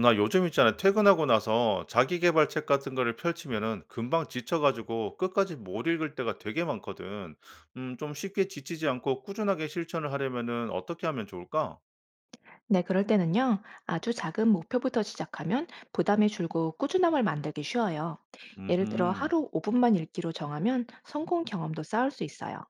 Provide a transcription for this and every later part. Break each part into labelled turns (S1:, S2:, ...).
S1: 나 요즘 있잖아. 퇴근하고 나서 자기계발책 같은 거를 펼치면은 금방 지쳐가지고 끝까지 못 읽을 때가 되게 많거든. 좀 쉽게 지치지 않고 꾸준하게 실천을 하려면은 어떻게 하면 좋을까?
S2: 네, 그럴 때는요, 아주 작은 목표부터 시작하면 부담이 줄고 꾸준함을 만들기 쉬워요. 예를 들어
S1: 음,
S2: 하루 5분만 읽기로 정하면 성공 경험도 쌓을 수 있어요.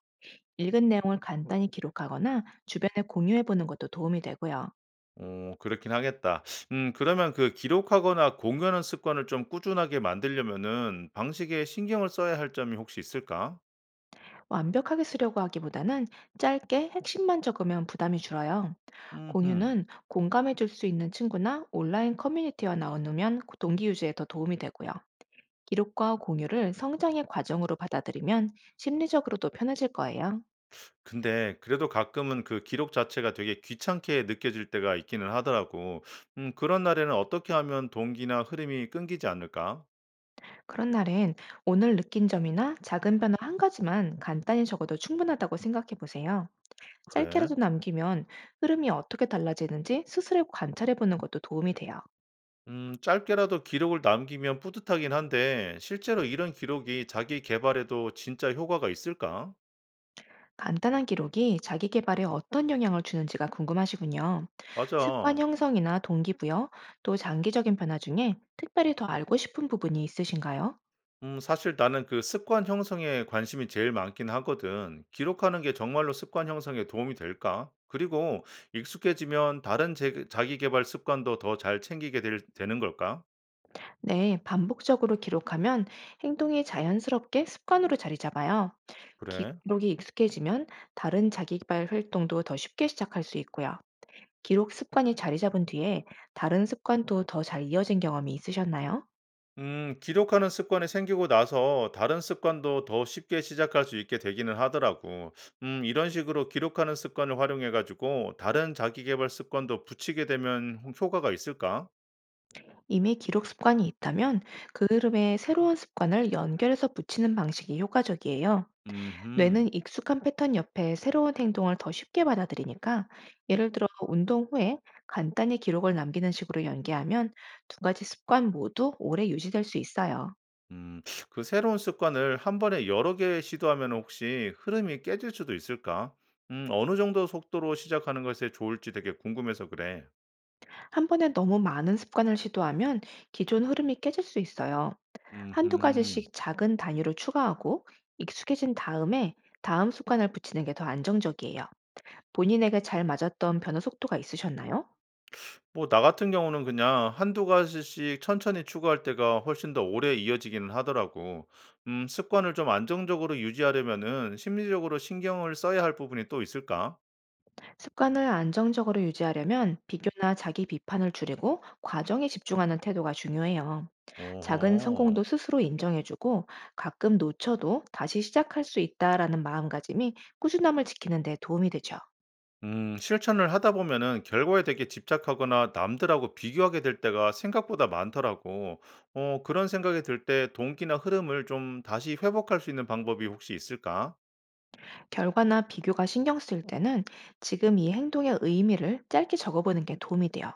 S2: 읽은 내용을 간단히 기록하거나 주변에 공유해 보는 것도 도움이 되고요.
S1: 어, 그렇긴 하겠다. 그러면 그 기록하거나 공유하는 습관을 좀 꾸준하게 만들려면은 방식에 신경을 써야 할 점이 혹시 있을까?
S2: 완벽하게 쓰려고 하기보다는 짧게 핵심만 적으면 부담이 줄어요.
S1: 음,
S2: 공유는 공감해 줄 수 있는 친구나 온라인 커뮤니티와 나누면 동기 유지에 더 도움이 되고요. 기록과 공유를 성장의 과정으로 받아들이면 심리적으로도 편해질 거예요.
S1: 근데 그래도 가끔은 그 기록 자체가 되게 귀찮게 느껴질 때가 있기는 하더라고. 그런 날에는 어떻게 하면 동기나 흐름이 끊기지 않을까?
S2: 그런 날엔 오늘 느낀 점이나 작은 변화 한 가지만 간단히 적어도 충분하다고 생각해 보세요.
S1: 그래.
S2: 짧게라도 남기면 흐름이 어떻게 달라지는지 스스로 관찰해 보는 것도 도움이 돼요.
S1: 짧게라도 기록을 남기면 뿌듯하긴 한데 실제로 이런 기록이 자기 개발에도 진짜 효과가 있을까?
S2: 간단한 기록이 자기 개발에 어떤 영향을 주는지가 궁금하시군요. 습관
S1: 맞아.
S2: 형성이나 동기부여, 또 장기적인 변화 중에 특별히 더 알고 싶은 부분이 있으신가요?
S1: 사실 나는 그 습관 형성에 관심이 제일 많긴 하거든. 기록하는 게 정말로 습관 형성에 도움이 될까? 그리고 익숙해지면 자기 개발 습관도 더 잘 되는 걸까?
S2: 네, 반복적으로 기록하면 행동이 자연스럽게 습관으로 자리 잡아요.
S1: 그래.
S2: 기록이 익숙해지면 다른 자기개발 활동도 더 쉽게 시작할 수 있고요. 기록 습관이 자리 잡은 뒤에 다른 습관도 더 잘 이어진 경험이 있으셨나요?
S1: 기록하는 습관이 생기고 나서 다른 습관도 더 쉽게 시작할 수 있게 되기는 하더라고. 이런 식으로 기록하는 습관을 활용해가지고 다른 자기 개발 습관도 붙이게 되면 효과가 있을까?
S2: 이미 기록 습관이 있다면 그 흐름에 새로운 습관을 연결해서 붙이는 방식이 효과적이에요.
S1: 음.
S2: 뇌는 익숙한 패턴 옆에 새로운 행동을 더 쉽게 받아들이니까, 예를 들어 운동 후에 간단히 기록을 남기는 식으로 연계하면 두 가지 습관 모두 오래 유지될 수 있어요.
S1: 음. 그 새로운 습관을 한 번에 여러 개 시도하면 혹시 흐름이 깨질 수도 있을까? 어느 정도 속도로 시작하는 것에 좋을지 되게 궁금해서 그래.
S2: 한 번에 너무 많은 습관을 시도하면 기존 흐름이 깨질 수 있어요. 한두
S1: 음
S2: 가지씩 작은 단위로 추가하고 익숙해진 다음에 다음 습관을 붙이는 게 더 안정적이에요. 본인에게 잘 맞았던 변화 속도가 있으셨나요?
S1: 뭐 나 같은 경우는 그냥 한두 가지씩 천천히 추가할 때가 훨씬 더 오래 이어지기는 하더라고. 습관을 좀 안정적으로 유지하려면은 심리적으로 신경을 써야 할 부분이 또 있을까?
S2: 습관을 안정적으로 유지하려면 비교나 자기 비판을 줄이고 과정에 집중하는 태도가 중요해요. 작은
S1: 오호.
S2: 성공도 스스로 인정해주고, 가끔 놓쳐도 다시 시작할 수 있다라는 마음가짐이 꾸준함을 지키는 데 도움이 되죠.
S1: 실천을 하다 보면은 결과에 되게 집착하거나 남들하고 비교하게 될 때가 생각보다 많더라고. 어, 그런 생각이 들 때 동기나 흐름을 좀 다시 회복할 수 있는 방법이 혹시 있을까?
S2: 결과나 비교가 신경 쓰일 때는 지금 이 행동의 의미를 짧게 적어보는 게 도움이 돼요.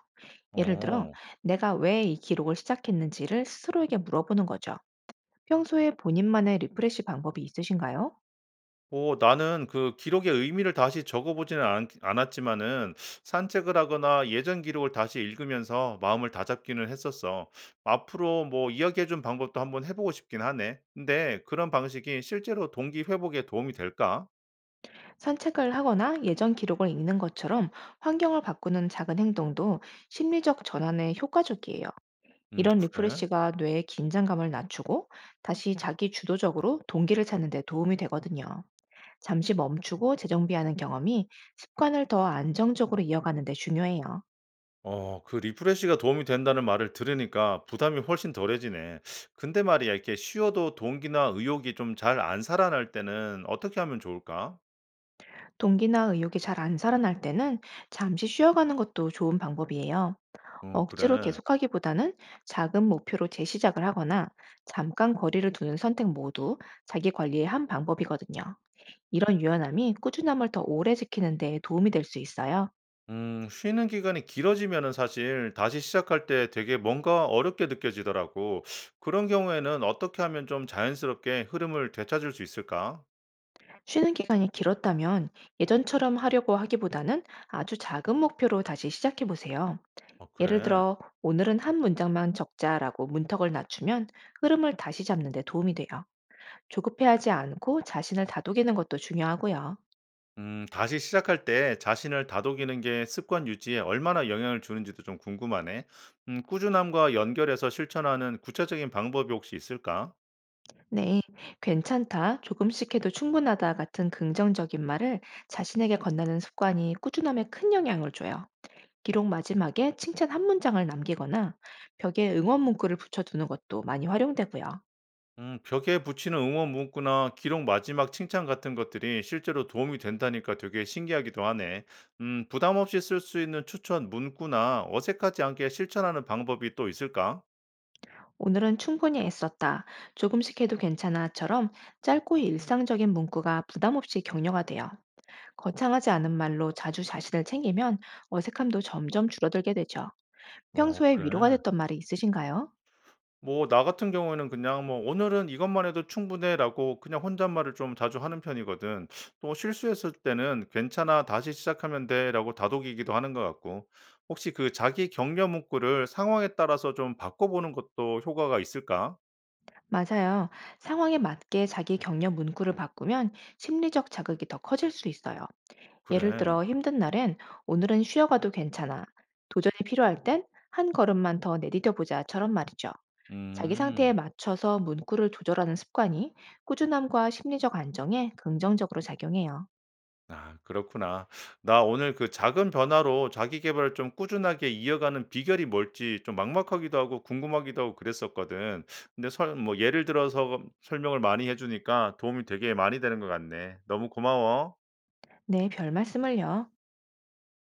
S2: 예를 들어,
S1: 어.
S2: 내가 왜 이 기록을 시작했는지를 스스로에게 물어보는 거죠. 평소에 본인만의 리프레시 방법이 있으신가요?
S1: 오, 나는 그 기록의 의미를 다시 않았지만은 산책을 하거나 예전 기록을 다시 읽으면서 마음을 다잡기는 했었어. 앞으로 뭐 이야기해준 방법도 한번 해보고 싶긴 하네. 근데 그런 방식이 실제로 동기 회복에 도움이 될까?
S2: 산책을 하거나 예전 기록을 읽는 것처럼 환경을 바꾸는 작은 행동도 심리적 전환에 효과적이에요. 이런
S1: 그래.
S2: 리프레시가 뇌의 긴장감을 낮추고 다시 자기 주도적으로 동기를 찾는 데 도움이 되거든요. 잠시 멈추고 재정비하는 경험이 습관을 더 안정적으로 이어가는 데 중요해요.
S1: 어 그 리프레시가 도움이 된다는 말을 들으니까 부담이 훨씬 덜해지네. 근데 말이야 이렇게 쉬어도 동기나 의욕이 좀 잘 안 살아날 때는 어떻게 하면 좋을까?
S2: 동기나 의욕이 잘 안 살아날 때는 잠시 쉬어가는 것도 좋은 방법이에요.
S1: 어
S2: 억지로
S1: 그래.
S2: 계속하기보다는 작은 목표로 재시작을 하거나 잠깐 거리를 두는 선택 모두 자기 관리의 한 방법이거든요. 이런 유연함이 꾸준함을 더 오래 지키는 데 도움이 될 수 있어요.
S1: 쉬는 기간이 길어지면은 사실 다시 시작할 때 되게 뭔가 어렵게 느껴지더라고. 그런 경우에는 어떻게 하면 좀 자연스럽게 흐름을 되찾을 수 있을까?
S2: 쉬는 기간이 길었다면 예전처럼 하려고 하기보다는 아주 작은 목표로 다시 시작해 보세요.
S1: 어
S2: 예를
S1: 그래.
S2: 들어, 오늘은 한 문장만 적자라고 문턱을 낮추면 흐름을 다시 잡는 데 도움이 돼요. 조급해하지 않고 자신을 다독이는 것도 중요하고요.
S1: 다시 시작할 때 자신을 다독이는 게 습관 유지에 얼마나 영향을 주는지도 좀 궁금하네. 꾸준함과 연결해서 실천하는 구체적인 방법이 혹시 있을까?
S2: 네, 괜찮다, 조금씩 해도 충분하다 같은 긍정적인 말을 자신에게 건네는 습관이 꾸준함에 큰 영향을 줘요. 기록 마지막에 칭찬 한 문장을 남기거나 벽에 응원 문구를 붙여두는 것도 많이 활용되고요.
S1: 벽에 붙이는 응원 문구나 기록 마지막 칭찬 같은 것들이 실제로 도움이 된다니까 되게 신기하기도 하네. 부담 없이 쓸 수 있는 추천 문구나 어색하지 않게 실천하는 방법이 또 있을까?
S2: 오늘은 충분히 애썼다, 조금씩 해도 괜찮아처럼 짧고 일상적인 문구가 부담 없이 격려가 돼요. 거창하지 않은 말로 자주 자신을 챙기면 어색함도 점점 줄어들게 되죠.
S1: 어,
S2: 평소에 위로가
S1: 그래.
S2: 됐던 말이 있으신가요?
S1: 뭐 나 같은 경우에는 그냥 뭐 "오늘은 이것만 해도 충분해."라고 그냥 혼잣말을 좀 자주 하는 편이거든. 또 실수했을 때는 "괜찮아. 다시 시작하면 돼."라고 다독이기도 하는 것 같고. 혹시 그 자기 격려 문구를 상황에 따라서 좀 바꿔 보는 것도 효과가 있을까?
S2: 맞아요. 상황에 맞게 자기 격려 문구를 바꾸면 심리적 자극이 더 커질 수 있어요. 예를
S1: 그래.
S2: 들어 힘든 날엔 오늘은 쉬어가도 괜찮아. 도전이 필요할 땐 한 걸음만 더 내디뎌 보자처럼 말이죠. 자기 상태에
S1: 음.
S2: 맞춰서 문구를 조절하는 습관이 꾸준함과 심리적 안정에 긍정적으로 작용해요.
S1: 아 그렇구나. 나 오늘 그 작은 변화로 자기 계발을 좀 꾸준하게 이어가는 비결이 뭘지 좀 막막하기도 하고 궁금하기도 하고 그랬었거든. 근데 설 뭐 예를 들어서 설명을 많이 해 주니까 도움이 되게 많이 되는 것 같네. 너무 고마워.
S2: 네, 별 말씀을요.